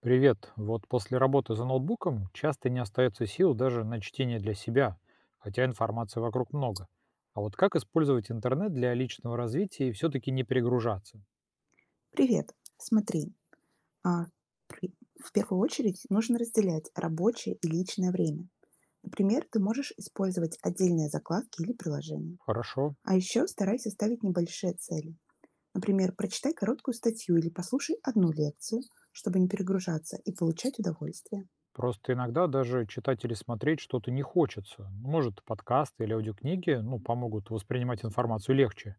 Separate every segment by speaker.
Speaker 1: Привет. Вот после работы за ноутбуком часто не остается сил даже на чтение для себя, хотя информации вокруг много. А вот как использовать интернет для личного развития и все-таки не перегружаться?
Speaker 2: Привет. Смотри, а, при- в первую очередь нужно разделять рабочее и личное время. Например, ты можешь использовать отдельные закладки или приложения.
Speaker 1: Хорошо.
Speaker 2: А еще старайся ставить небольшие цели. Например, прочитай короткую статью или послушай одну лекцию, чтобы не перегружаться и получать удовольствие.
Speaker 1: Просто иногда даже читать или смотреть что-то не хочется. Может, подкасты или аудиокниги, ну, помогут воспринимать информацию легче.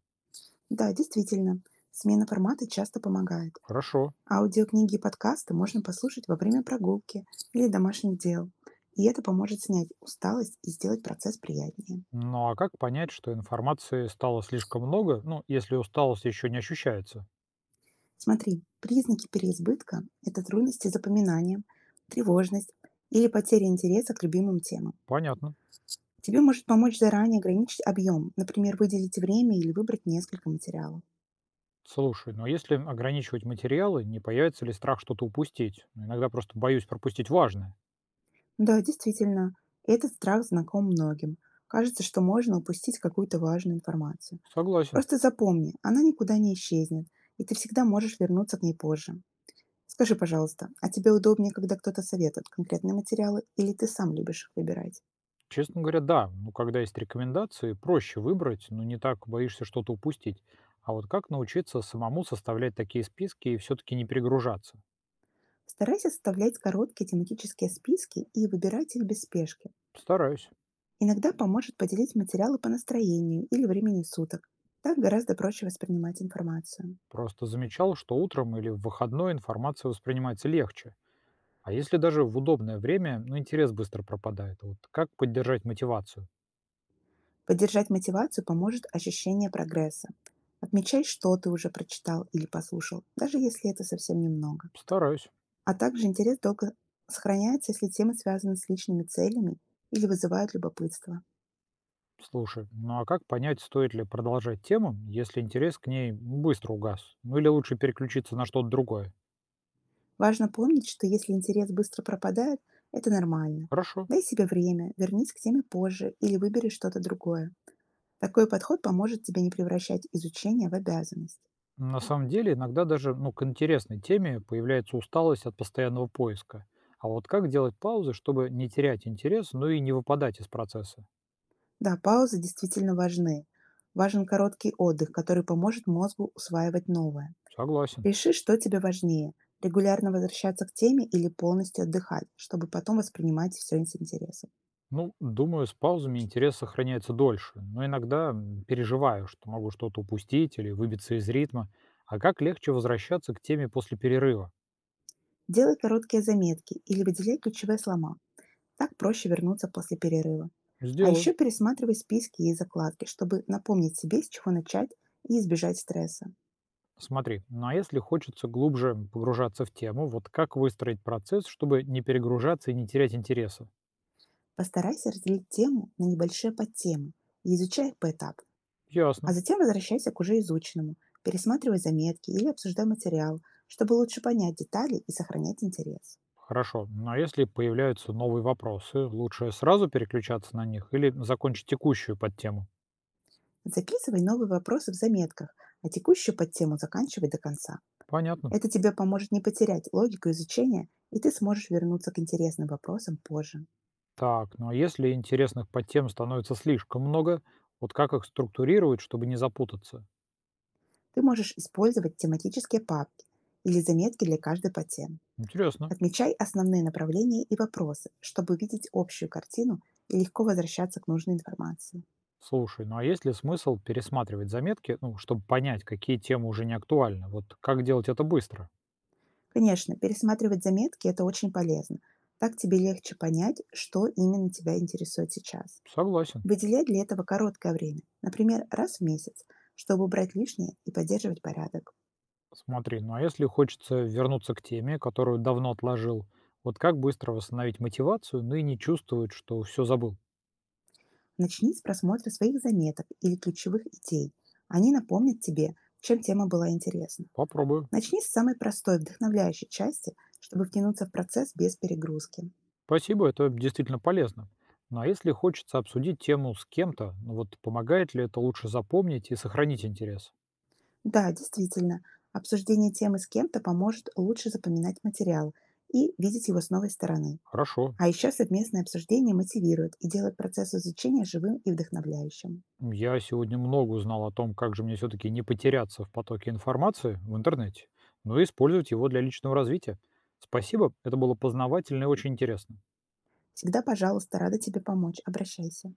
Speaker 2: Да, действительно, смена формата часто помогает.
Speaker 1: Хорошо.
Speaker 2: Аудиокниги и подкасты можно послушать во время прогулки или домашних дел. И это поможет снять усталость и сделать процесс приятнее.
Speaker 1: Ну а как понять, что информации стало слишком много, ну, если усталость еще не ощущается?
Speaker 2: Смотри, признаки переизбытка — это трудности с запоминанием, тревожность или потеря интереса к любимым темам.
Speaker 1: Понятно.
Speaker 2: Тебе может помочь заранее ограничить объем, например, выделить время или выбрать несколько материалов.
Speaker 1: Слушай, но если ограничивать материалы, не появится ли страх что-то упустить? Ну, иногда просто боюсь пропустить важное.
Speaker 2: Да, действительно, этот страх знаком многим. Кажется, что можно упустить какую-то важную информацию.
Speaker 1: Согласен.
Speaker 2: Просто запомни, она никуда не исчезнет, и ты всегда можешь вернуться к ней позже. Скажи, пожалуйста, а тебе удобнее, когда кто-то советует конкретные материалы, или ты сам любишь их выбирать?
Speaker 1: Честно говоря, да. Ну, когда есть рекомендации, проще выбрать, но не так боишься что-то упустить. А вот как научиться самому составлять такие списки и все-таки не перегружаться?
Speaker 2: Старайся составлять короткие тематические списки и выбирать их без спешки.
Speaker 1: Стараюсь.
Speaker 2: Иногда поможет поделить материалы по настроению или времени суток. Так гораздо проще воспринимать информацию.
Speaker 1: Просто замечал, что утром или в выходной информация воспринимается легче. А если даже в удобное время, ну, интерес быстро пропадает. Вот как поддержать мотивацию?
Speaker 2: Поддержать мотивацию поможет ощущение прогресса. Отмечай, что ты уже прочитал или послушал, даже если это совсем немного.
Speaker 1: Стараюсь.
Speaker 2: А также интерес долго сохраняется, если темы связаны с личными целями или вызывают любопытство.
Speaker 1: Слушай, ну а как понять, стоит ли продолжать тему, если интерес к ней быстро угас? Ну или лучше переключиться на что-то другое?
Speaker 2: Важно помнить, что если интерес быстро пропадает, это нормально.
Speaker 1: Хорошо.
Speaker 2: Дай себе время, вернись к теме позже или выбери что-то другое. Такой подход поможет тебе не превращать изучение в обязанность.
Speaker 1: На самом деле, иногда даже ну, к интересной теме появляется усталость от постоянного поиска. А вот как делать паузы, чтобы не терять интерес, но и не выпадать из процесса?
Speaker 2: Да, паузы действительно важны. Важен короткий отдых, который поможет мозгу усваивать новое.
Speaker 1: Согласен.
Speaker 2: Реши, что тебе важнее — регулярно возвращаться к теме или полностью отдыхать, чтобы потом воспринимать все с интересом.
Speaker 1: Ну, думаю, с паузами интерес сохраняется дольше, но иногда переживаю, что могу что-то упустить или выбиться из ритма. А как легче возвращаться к теме после перерыва?
Speaker 2: Делай короткие заметки или выделяй ключевые слова, так проще вернуться после перерыва. А
Speaker 1: Сделаю.
Speaker 2: еще пересматривай списки и закладки, чтобы напомнить себе, с чего начать, и избежать стресса.
Speaker 1: Смотри, ну а если хочется глубже погружаться в тему, вот как выстроить процесс, чтобы не перегружаться и не терять интереса?
Speaker 2: Постарайся разделить тему на небольшие подтемы и изучай их поэтапно. А
Speaker 1: Ясно.
Speaker 2: затем возвращайся к уже изученному, пересматривай заметки или обсуждай материал, чтобы лучше понять детали и сохранять интерес.
Speaker 1: Хорошо. Но если появляются новые вопросы, лучше сразу переключаться на них или закончить текущую подтему?
Speaker 2: Записывай новые вопросы в заметках, а текущую подтему заканчивай до конца.
Speaker 1: Понятно.
Speaker 2: Это тебе поможет не потерять логику изучения, и ты сможешь вернуться к интересным вопросам позже.
Speaker 1: Так, ну а если интересных подтем становится слишком много, вот как их структурировать, чтобы не запутаться?
Speaker 2: Ты можешь использовать тематические папки или заметки для каждой по теме.
Speaker 1: Интересно.
Speaker 2: Отмечай основные направления и вопросы, чтобы увидеть общую картину и легко возвращаться к нужной информации.
Speaker 1: Слушай, ну а есть ли смысл пересматривать заметки, ну, чтобы понять, какие темы уже не актуальны? Вот как делать это быстро?
Speaker 2: Конечно, пересматривать заметки — это очень полезно. Так тебе легче понять, что именно тебя интересует сейчас.
Speaker 1: Согласен.
Speaker 2: Выделяй для этого короткое время, например, раз в месяц, чтобы убрать лишнее и поддерживать порядок.
Speaker 1: Смотри, ну а если хочется вернуться к теме, которую давно отложил, вот как быстро восстановить мотивацию, ну и не чувствовать, что все забыл?
Speaker 2: Начни с просмотра своих заметок или ключевых идей. Они напомнят тебе, чем тема была интересна.
Speaker 1: Попробую.
Speaker 2: Начни с самой простой, вдохновляющей части, чтобы втянуться в процесс без перегрузки.
Speaker 1: Спасибо, это действительно полезно. Ну а если хочется обсудить тему с кем-то, ну вот помогает ли это лучше запомнить и сохранить интерес?
Speaker 2: Да, действительно, обсуждение темы с кем-то поможет лучше запоминать материал и видеть его с новой стороны.
Speaker 1: Хорошо.
Speaker 2: А еще совместное обсуждение мотивирует и делает процесс изучения живым и вдохновляющим.
Speaker 1: Я сегодня много узнал о том, как же мне все-таки не потеряться в потоке информации в интернете, но и использовать его для личного развития. Спасибо, это было познавательно и очень интересно.
Speaker 2: Всегда, пожалуйста, рада тебе помочь. Обращайся.